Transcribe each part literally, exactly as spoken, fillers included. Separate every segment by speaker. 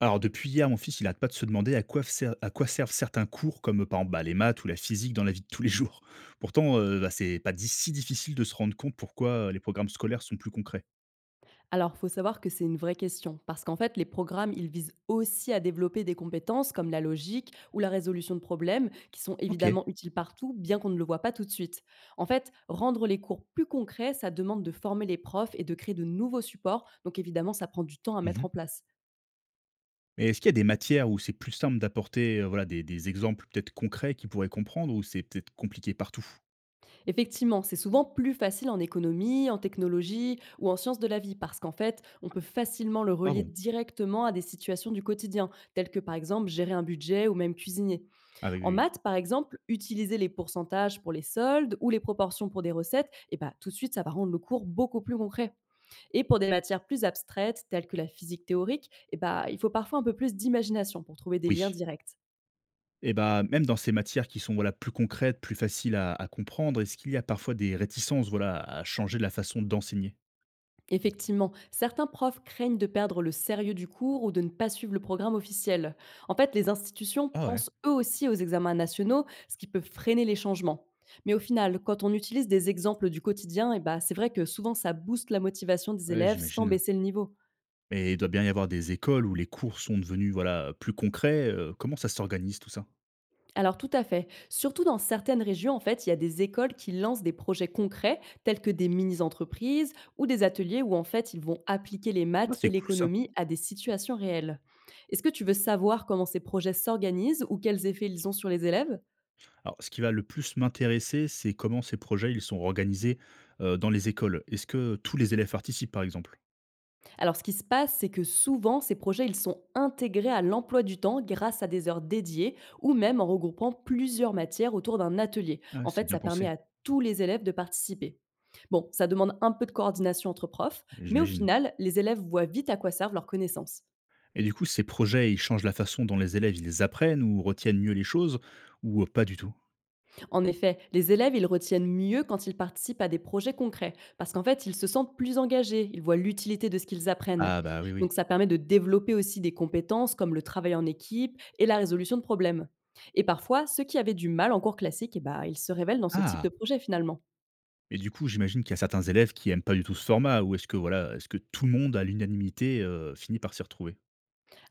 Speaker 1: Alors depuis hier, mon fils, il arrête pas de se demander à quoi, ser- à quoi servent certains cours, comme euh, par exemple bah, les maths ou la physique dans la vie de tous les jours. Pourtant, euh, bah, c'est pas di- si difficile de se rendre compte pourquoi euh, les programmes scolaires sont plus concrets.
Speaker 2: Alors, faut savoir que c'est une vraie question, parce qu'en fait, les programmes, ils visent aussi à développer des compétences comme la logique ou la résolution de problèmes, qui sont
Speaker 1: Ok.
Speaker 2: évidemment utiles partout, bien qu'on ne le voit pas tout de suite. En fait, rendre les cours plus concrets, ça demande de former les profs et de créer de nouveaux supports, donc évidemment, ça prend du temps à mettre
Speaker 1: Mhm.
Speaker 2: en place.
Speaker 1: Mais est-ce qu'il y a des matières où c'est plus simple d'apporter euh, voilà, des, des exemples peut-être concrets qu'ils pourraient comprendre, ou c'est peut-être compliqué partout?
Speaker 2: Effectivement, c'est souvent plus facile en économie, en technologie ou en sciences de la vie, parce qu'en fait, on peut facilement le
Speaker 1: Ah
Speaker 2: relier
Speaker 1: bon?
Speaker 2: directement à des situations du quotidien, telles que par exemple gérer un budget ou même cuisiner.
Speaker 1: Ah oui, oui.
Speaker 2: En
Speaker 1: Oui.
Speaker 2: maths, par exemple, utiliser les pourcentages pour les soldes ou les proportions pour des recettes, et bah, tout de suite, ça va rendre le cours beaucoup plus concret. Et pour des matières plus abstraites, telles que la physique théorique, et bah, il faut parfois un peu plus d'imagination pour trouver des liens
Speaker 1: Oui.
Speaker 2: directs.
Speaker 1: Et bah, même dans ces matières qui sont voilà, plus concrètes, plus faciles à, à comprendre, est-ce qu'il y a parfois des réticences voilà, à changer la façon d'enseigner?
Speaker 2: Effectivement, certains profs craignent de perdre le sérieux du cours ou de ne pas suivre le programme officiel. En fait, les institutions
Speaker 1: Ah ouais.
Speaker 2: pensent eux aussi aux examens nationaux, ce qui peut freiner les changements. Mais au final, quand on utilise des exemples du quotidien, eh ben, c'est vrai que souvent ça booste la motivation des
Speaker 1: Ouais,
Speaker 2: élèves sans
Speaker 1: j'imagine.
Speaker 2: baisser le niveau.
Speaker 1: Mais il doit bien y avoir des écoles où les cours sont devenus, voilà, plus concrets, heu, comment ça s'organise tout ça?
Speaker 2: Alors tout à fait. Surtout dans certaines régions, en fait, il y a des écoles qui lancent des projets concrets, tels que des mini-entreprises ou des ateliers où, en fait, ils vont appliquer les
Speaker 1: Ah,
Speaker 2: maths
Speaker 1: c'est
Speaker 2: et
Speaker 1: cool ça.
Speaker 2: l'économie à des situations réelles. Est-ce que tu veux savoir comment ces projets s'organisent ou quels effets ils ont sur les élèves?
Speaker 1: Alors ce qui va le plus m'intéresser, c'est comment ces projets, ils sont organisés, heu, dans les écoles. Est-ce que tous les élèves participent, par exemple?
Speaker 2: Alors, ce qui se passe, c'est que souvent, ces projets, ils sont intégrés à l'emploi du temps grâce à des heures dédiées ou même en regroupant plusieurs matières autour d'un atelier.
Speaker 1: Ah,
Speaker 2: En
Speaker 1: c'est
Speaker 2: fait,
Speaker 1: bien
Speaker 2: ça permet
Speaker 1: pensé,
Speaker 2: à tous les élèves de participer. Bon, ça demande un peu de coordination entre profs, mais au
Speaker 1: j'imagine.
Speaker 2: final, les élèves voient vite à quoi servent leurs connaissances.
Speaker 1: Et du coup, ces projets, ils changent la façon dont les élèves, ils apprennent ou retiennent mieux les choses ou, heu, pas du tout?
Speaker 2: En effet, les élèves, ils retiennent mieux quand ils participent à des projets concrets, parce qu'en fait, ils se sentent plus engagés, ils voient l'utilité de ce qu'ils apprennent.
Speaker 1: Ah bah, oui, oui.
Speaker 2: Donc ça permet de développer aussi des compétences comme le travail en équipe et la résolution de problèmes. Et parfois, ceux qui avaient du mal en cours classique, eh ben, ils se révèlent dans ce type
Speaker 1: Ah!
Speaker 2: de projet finalement.
Speaker 1: Et du coup, j'imagine qu'il y a certains élèves qui aiment pas du tout ce format ou est-ce que, voilà, est-ce que tout le monde à l'unanimité, heu, finit par s'y retrouver?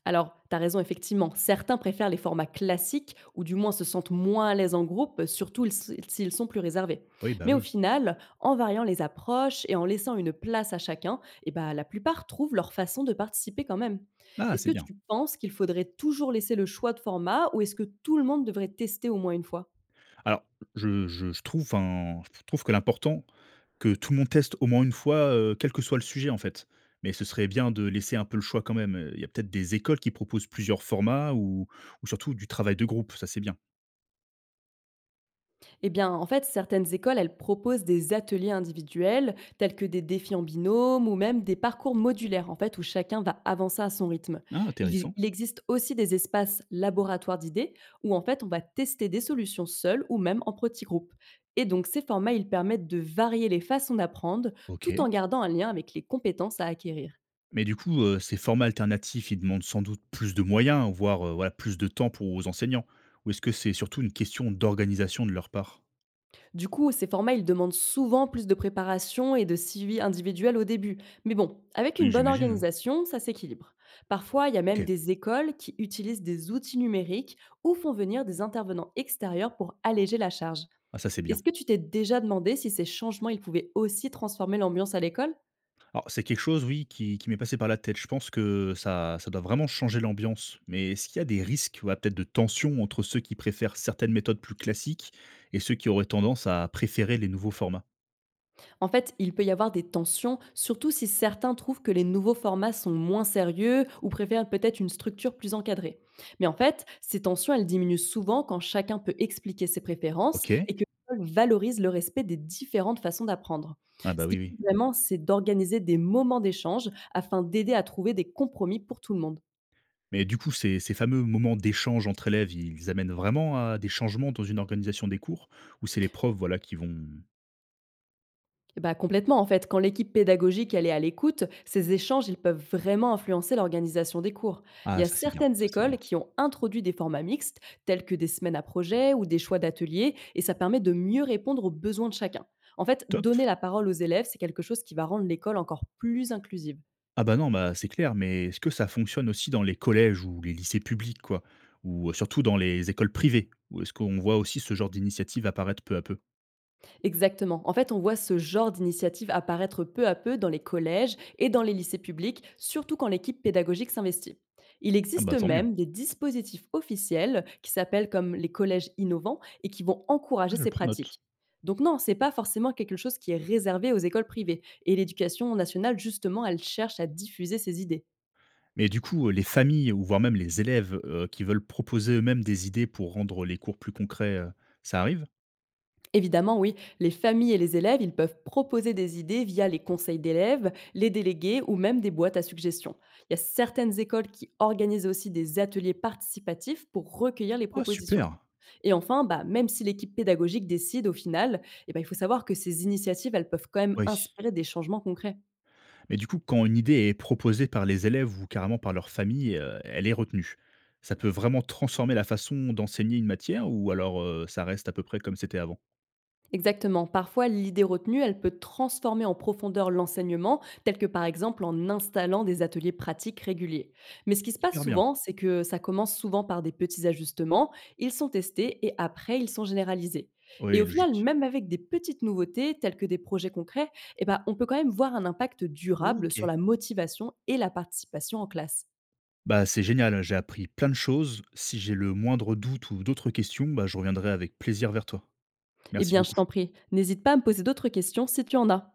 Speaker 2: Alors, tu raison, effectivement, certains préfèrent les formats classiques ou du moins se sentent moins à l'aise en groupe, surtout s- s'ils sont plus réservés.
Speaker 1: Oui, bah,
Speaker 2: Mais au
Speaker 1: oui.
Speaker 2: final, en variant les approches et en laissant une place à chacun, eh ben, la plupart trouvent leur façon de participer quand même.
Speaker 1: Ah,
Speaker 2: Est-ce
Speaker 1: c'est
Speaker 2: que
Speaker 1: bien.
Speaker 2: tu penses qu'il faudrait toujours laisser le choix de format ou est-ce que tout le monde devrait tester au moins une fois?
Speaker 1: Alors, je je je trouve, enfin, je trouve que l'important, que tout le monde teste au moins une fois, heu, quel que soit le sujet, en fait. Mais ce serait bien de laisser un peu le choix quand même, heu, il y a peut-être des écoles qui proposent plusieurs formats ou ou surtout du travail de groupe, ça c'est bien.
Speaker 2: Eh bien, en fait, certaines écoles, elles proposent des ateliers individuels, tels que des défis en binôme ou même des parcours modulaires, en fait, où chacun va avancer à son rythme.
Speaker 1: Ah
Speaker 2: Il,
Speaker 1: intéressant.
Speaker 2: il existe aussi des espaces laboratoires d'idées, où en fait, on va tester des solutions seules ou même en petits groupes. Et donc, ces formats, ils permettent de varier les façons d'apprendre, tout en
Speaker 1: OK.
Speaker 2: gardant un lien avec les compétences à acquérir.
Speaker 1: Mais du coup, heu, ces formats alternatifs, ils demandent sans doute plus de moyens, voire, heu, voilà, plus de temps pour aux enseignants? Ou est-ce que c'est surtout une question d'organisation de leur part?
Speaker 2: Du coup, ces formats, ils demandent souvent plus de préparation et de suivi individuel au début. Mais bon, avec
Speaker 1: Oui,
Speaker 2: une bonne
Speaker 1: j'imagine, hein.
Speaker 2: organisation, ça s'équilibre. Parfois, il y a même
Speaker 1: OK.
Speaker 2: des écoles qui utilisent des outils numériques ou font venir des intervenants extérieurs pour alléger la charge.
Speaker 1: Ah ça c'est bien.
Speaker 2: Est-ce que tu t'es déjà demandé si ces changements, ils pouvaient aussi transformer l'ambiance à l'école?
Speaker 1: Alors, c'est quelque chose, oui, qui qui m'est passé par la tête. Je pense que ça ça doit vraiment changer l'ambiance, mais est-ce qu'il y a des risques, ouais, peut-être de tension entre ceux qui préfèrent certaines méthodes plus classiques et ceux qui auraient tendance à préférer les nouveaux formats?
Speaker 2: En fait, il peut y avoir des tensions, surtout si certains trouvent que les nouveaux formats sont moins sérieux ou préfèrent peut-être une structure plus encadrée. Mais en fait, ces tensions, elles diminuent souvent quand chacun peut expliquer ses préférences
Speaker 1: OK.
Speaker 2: et que l'école valorise le respect des différentes façons d'apprendre.
Speaker 1: Ah bah,
Speaker 2: Ce qui
Speaker 1: oui, oui.
Speaker 2: compte vraiment, c'est d'organiser des moments d'échange afin d'aider à trouver des compromis pour tout le monde.
Speaker 1: Mais du coup, ces ces fameux moments d'échange entre élèves, ils amènent vraiment à des changements dans une organisation des cours? Ou c'est les profs, voilà, qui vont?
Speaker 2: Bah, complètement, en fait. Quand l'équipe pédagogique elle est à l'écoute, ces échanges ils peuvent vraiment influencer l'organisation des cours. Il
Speaker 1: Ah
Speaker 2: y a
Speaker 1: ça, c'est bien,
Speaker 2: certaines
Speaker 1: ça, c'est
Speaker 2: écoles
Speaker 1: bien.
Speaker 2: qui ont introduit des formats mixtes, tels que des semaines à projet ou des choix d'ateliers, et ça permet de mieux répondre aux besoins de chacun. En fait,
Speaker 1: Top!
Speaker 2: donner la parole aux élèves, c'est quelque chose qui va rendre l'école encore plus inclusive.
Speaker 1: Ah bah non, bah, c'est clair, mais est-ce que ça fonctionne aussi dans les collèges ou les lycées publics, quoi? Ou heu, surtout dans les écoles privées? Ou est-ce qu'on voit aussi ce genre d'initiative apparaître peu à peu?
Speaker 2: Exactement. En fait, on voit ce genre d'initiative apparaître peu à peu dans les collèges et dans les lycées publics, surtout quand l'équipe pédagogique s'investit. Il
Speaker 1: Ah
Speaker 2: existe
Speaker 1: bah, tant mieux,
Speaker 2: même des dispositifs officiels qui s'appellent comme les collèges innovants et qui vont encourager
Speaker 1: je
Speaker 2: ces
Speaker 1: prends note.
Speaker 2: pratiques. Donc non, c'est pas forcément quelque chose qui est réservé aux écoles privées et l'éducation nationale justement, elle cherche à diffuser ces idées.
Speaker 1: Mais du coup, heu, les familles ou voire même les élèves, heu, qui veulent proposer eux-mêmes des idées pour rendre les cours plus concrets, heu, ça arrive?
Speaker 2: Évidemment, oui, les familles et les élèves, ils peuvent proposer des idées via les conseils d'élèves, les délégués ou même des boîtes à suggestions. Il y a certaines écoles qui organisent aussi des ateliers participatifs pour recueillir les
Speaker 1: Ah
Speaker 2: propositions.
Speaker 1: super!
Speaker 2: Et enfin, bah, même si l'équipe pédagogique décide au final, eh ben, il faut savoir que ces initiatives, elles peuvent quand même
Speaker 1: Oui.
Speaker 2: inspirer des changements concrets.
Speaker 1: Mais du coup, quand une idée est proposée par les élèves ou carrément par leur famille, heu, elle est retenue. Ça peut vraiment transformer la façon d'enseigner une matière ou alors, heu, ça reste à peu près comme c'était avant?
Speaker 2: Exactement. Parfois, l'idée retenue, elle peut transformer en profondeur l'enseignement, tel que par exemple en installant des ateliers pratiques réguliers. Mais ce qui se passe
Speaker 1: Hyper bien.
Speaker 2: souvent, c'est que ça commence souvent par des petits ajustements, ils sont testés et après, ils sont généralisés. Et
Speaker 1: Oui,
Speaker 2: au final,
Speaker 1: logique.
Speaker 2: même avec des petites nouveautés, telles que des projets concrets, eh ben, on peut quand même voir un impact durable sur
Speaker 1: OK.
Speaker 2: la motivation et la participation en classe.
Speaker 1: Bah, c'est génial, j'ai appris plein de choses. Si j'ai le moindre doute ou d'autres questions, bah, je reviendrai avec plaisir vers toi.
Speaker 2: Eh
Speaker 1: Merci
Speaker 2: bien, je
Speaker 1: beaucoup.
Speaker 2: t'en prie, n'hésite pas à me poser d'autres questions si tu en as.